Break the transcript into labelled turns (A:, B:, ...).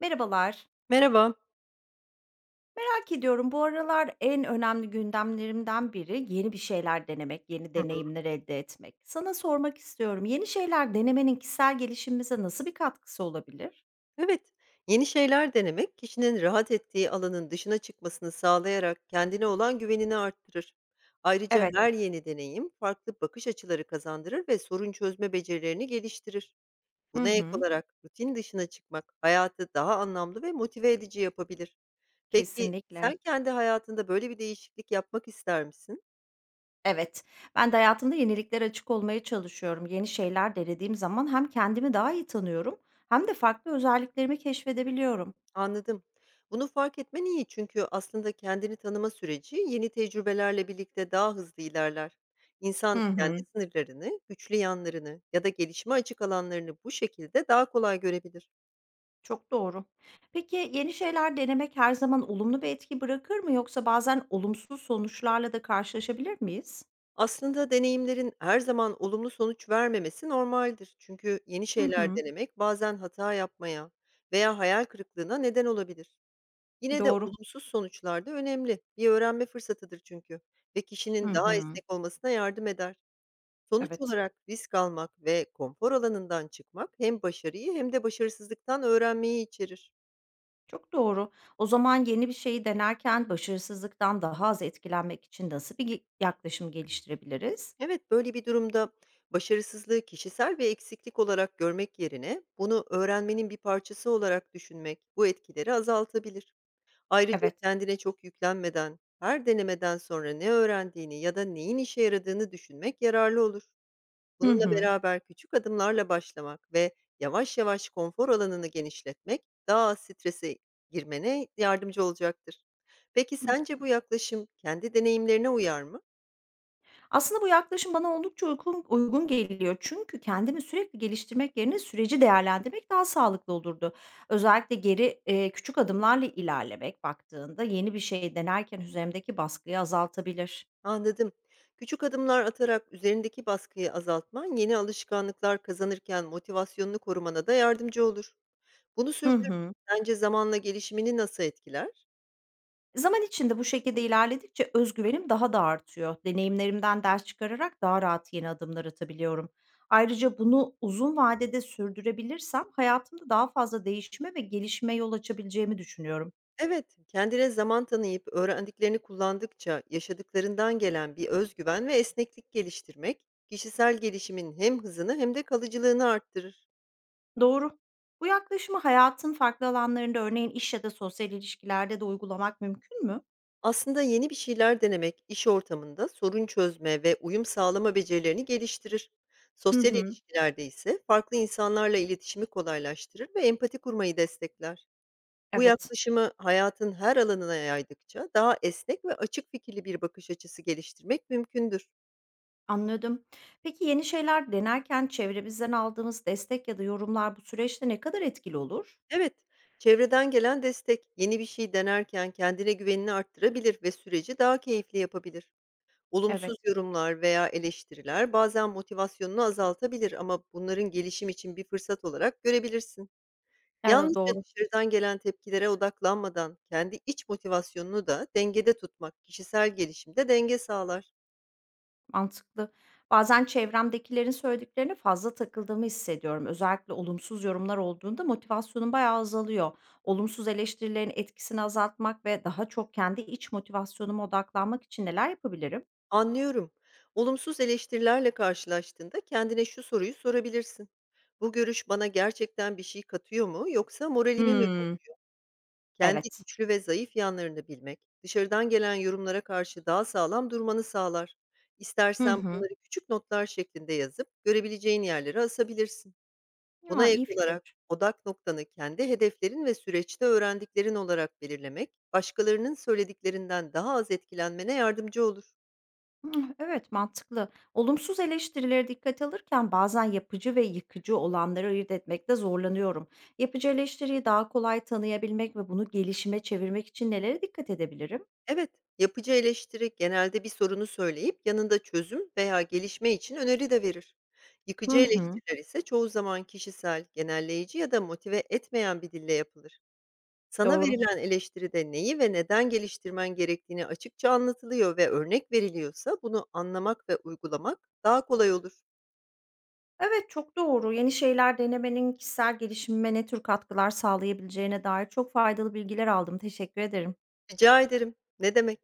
A: Merhabalar.
B: Merhaba.
A: Merak ediyorum, bu aralar en önemli gündemlerimden biri yeni bir şeyler denemek, yeni
B: Hı hı.
A: deneyimler elde etmek. Sana sormak istiyorum. Yeni şeyler denemenin kişisel gelişimimize nasıl bir katkısı olabilir?
B: Evet, yeni şeyler denemek kişinin rahat ettiği alanın dışına çıkmasını sağlayarak kendine olan güvenini arttırır. Ayrıca
A: Evet.
B: her yeni deneyim farklı bakış açıları kazandırır ve sorun çözme becerilerini geliştirir.
A: Hı
B: Buna ek
A: hı.
B: olarak rutin dışına çıkmak hayatı daha anlamlı ve motive edici yapabilir. Peki
A: Kesinlikle.
B: sen kendi hayatında böyle bir değişiklik yapmak ister misin?
A: Evet. Ben de hayatımda yeniliklere açık olmaya çalışıyorum. Yeni şeyler denediğim zaman hem kendimi daha iyi tanıyorum, hem de farklı özelliklerimi keşfedebiliyorum.
B: Anladım. Bunu fark etmen iyi çünkü aslında kendini tanıma süreci yeni tecrübelerle birlikte daha hızlı ilerler.
A: Hı
B: İnsan kendi
A: hı.
B: sınırlarını, güçlü yanlarını ya da gelişime açık alanlarını bu şekilde daha kolay görebilir.
A: Çok doğru. Peki, yeni şeyler denemek her zaman olumlu bir etki bırakır mı, yoksa bazen olumsuz sonuçlarla da karşılaşabilir miyiz?
B: Aslında deneyimlerin her zaman olumlu sonuç vermemesi normaldir. Çünkü yeni
A: Hı
B: şeyler
A: hı.
B: denemek bazen hata yapmaya veya hayal kırıklığına neden olabilir. Yine de
A: Doğru.
B: olumsuz sonuçlar da önemli. Bir öğrenme fırsatıdır çünkü ve
A: Hı
B: kişinin daha
A: hı.
B: esnek olmasına yardım eder. Sonuç
A: Evet.
B: olarak risk almak ve konfor alanından çıkmak hem başarıyı hem de başarısızlıktan öğrenmeyi içerir.
A: Çok doğru. O zaman yeni bir şeyi denerken başarısızlıktan daha az etkilenmek için nasıl bir yaklaşım geliştirebiliriz?
B: Evet, böyle bir durumda başarısızlığı kişisel ve eksiklik olarak görmek yerine bunu öğrenmenin bir parçası olarak düşünmek bu etkileri azaltabilir. Ayrıca
A: Evet.
B: kendine çok yüklenmeden her denemeden sonra ne öğrendiğini ya da neyin işe yaradığını düşünmek yararlı olur.
A: Hı
B: Bununla
A: hı.
B: beraber küçük adımlarla başlamak ve yavaş yavaş konfor alanını genişletmek daha az strese girmene yardımcı olacaktır. Peki sence bu yaklaşım kendi deneyimlerine uyar mı?
A: Aslında bu yaklaşım bana oldukça uygun geliyor. Çünkü kendimi sürekli geliştirmek yerine süreci değerlendirmek daha sağlıklı olurdu. Özellikle geri küçük adımlarla ilerlemek baktığında yeni bir şey denerken üzerimdeki baskıyı azaltabilir.
B: Anladım. Küçük adımlar atarak üzerindeki baskıyı azaltman yeni alışkanlıklar kazanırken motivasyonunu korumana da yardımcı olur. Bunu
A: Hı
B: sürdürmek
A: hı.
B: sence zamanla gelişimini nasıl etkiler?
A: Zaman içinde bu şekilde ilerledikçe özgüvenim daha da artıyor. Deneyimlerimden ders çıkararak daha rahat yeni adımlar atabiliyorum. Ayrıca bunu uzun vadede sürdürebilirsem hayatımda daha fazla değişime ve gelişime yol açabileceğimi düşünüyorum.
B: Evet, kendine zaman tanıyıp öğrendiklerini kullandıkça yaşadıklarından gelen bir özgüven ve esneklik geliştirmek, kişisel gelişimin hem hızını hem de kalıcılığını arttırır.
A: Doğru. Bu yaklaşımı hayatın farklı alanlarında, örneğin iş ya da sosyal ilişkilerde de uygulamak mümkün mü?
B: Aslında yeni bir şeyler denemek iş ortamında sorun çözme ve uyum sağlama becerilerini geliştirir.
A: Hı
B: Sosyal
A: hı.
B: ilişkilerde ise farklı insanlarla iletişimi kolaylaştırır ve empati kurmayı destekler. Bu
A: Evet,
B: yaklaşımı hayatın her alanına yaydıkça daha esnek ve açık fikirli bir bakış açısı geliştirmek mümkündür.
A: anladım. Peki, yeni şeyler denerken çevremizden aldığımız destek ya da yorumlar bu süreçte ne kadar etkili olur?
B: Evet, çevreden gelen destek yeni bir şey denerken kendine güvenini arttırabilir ve süreci daha keyifli yapabilir.
A: Evet.
B: Olumsuz yorumlar veya eleştiriler bazen motivasyonunu azaltabilir ama bunların gelişim için bir fırsat olarak görebilirsin.
A: Evet,
B: Yalnızca
A: doğru,
B: dışarıdan gelen tepkilere odaklanmadan kendi iç motivasyonunu da dengede tutmak kişisel gelişimde denge sağlar.
A: mantıklı. Bazen çevremdekilerin söylediklerine fazla takıldığımı hissediyorum. Özellikle olumsuz yorumlar olduğunda motivasyonum bayağı azalıyor. Olumsuz eleştirilerin etkisini azaltmak ve daha çok kendi iç motivasyonuma odaklanmak için neler yapabilirim?
B: Anlıyorum. Olumsuz eleştirilerle karşılaştığında kendine şu soruyu sorabilirsin. Bu görüş bana gerçekten bir şey katıyor mu yoksa moralimi mi
A: Hımm,
B: bozuyor? Kendi
A: evet.
B: güçlü ve zayıf yanlarını bilmek, dışarıdan gelen yorumlara karşı daha sağlam durmanı sağlar.
A: Hı
B: İstersen
A: hı.
B: bunları küçük notlar şeklinde yazıp görebileceğin yerlere asabilirsin. Buna
A: Ya,
B: ek
A: iyi
B: olarak
A: fikir.
B: odak noktanı kendi hedeflerin ve süreçte öğrendiklerin olarak belirlemek, başkalarının söylediklerinden daha az etkilenmene yardımcı olur.
A: Hımm, evet, mantıklı. Olumsuz eleştirilere dikkate alırken bazen yapıcı ve yıkıcı olanları ayırt etmekte zorlanıyorum. Yapıcı eleştiriyi daha kolay tanıyabilmek ve bunu gelişime çevirmek için nelere dikkat edebilirim?
B: Evet, yapıcı eleştiri genelde bir sorunu söyleyip yanında çözüm veya gelişme için öneri de verir.
A: Hı
B: Yıkıcı
A: hı,
B: eleştiriler ise çoğu zaman kişisel, genelleyici ya da motive etmeyen bir dille yapılır. Sana
A: doğru.
B: verilen eleştiride neyi ve neden geliştirmen gerektiğini açıkça anlatılıyor ve örnek veriliyorsa bunu anlamak ve uygulamak daha kolay olur.
A: Evet, çok doğru. Yeni şeyler denemenin kişisel gelişimime ne tür katkılar sağlayabileceğine dair çok faydalı bilgiler aldım. Teşekkür ederim.
B: Rica ederim. Ne demek?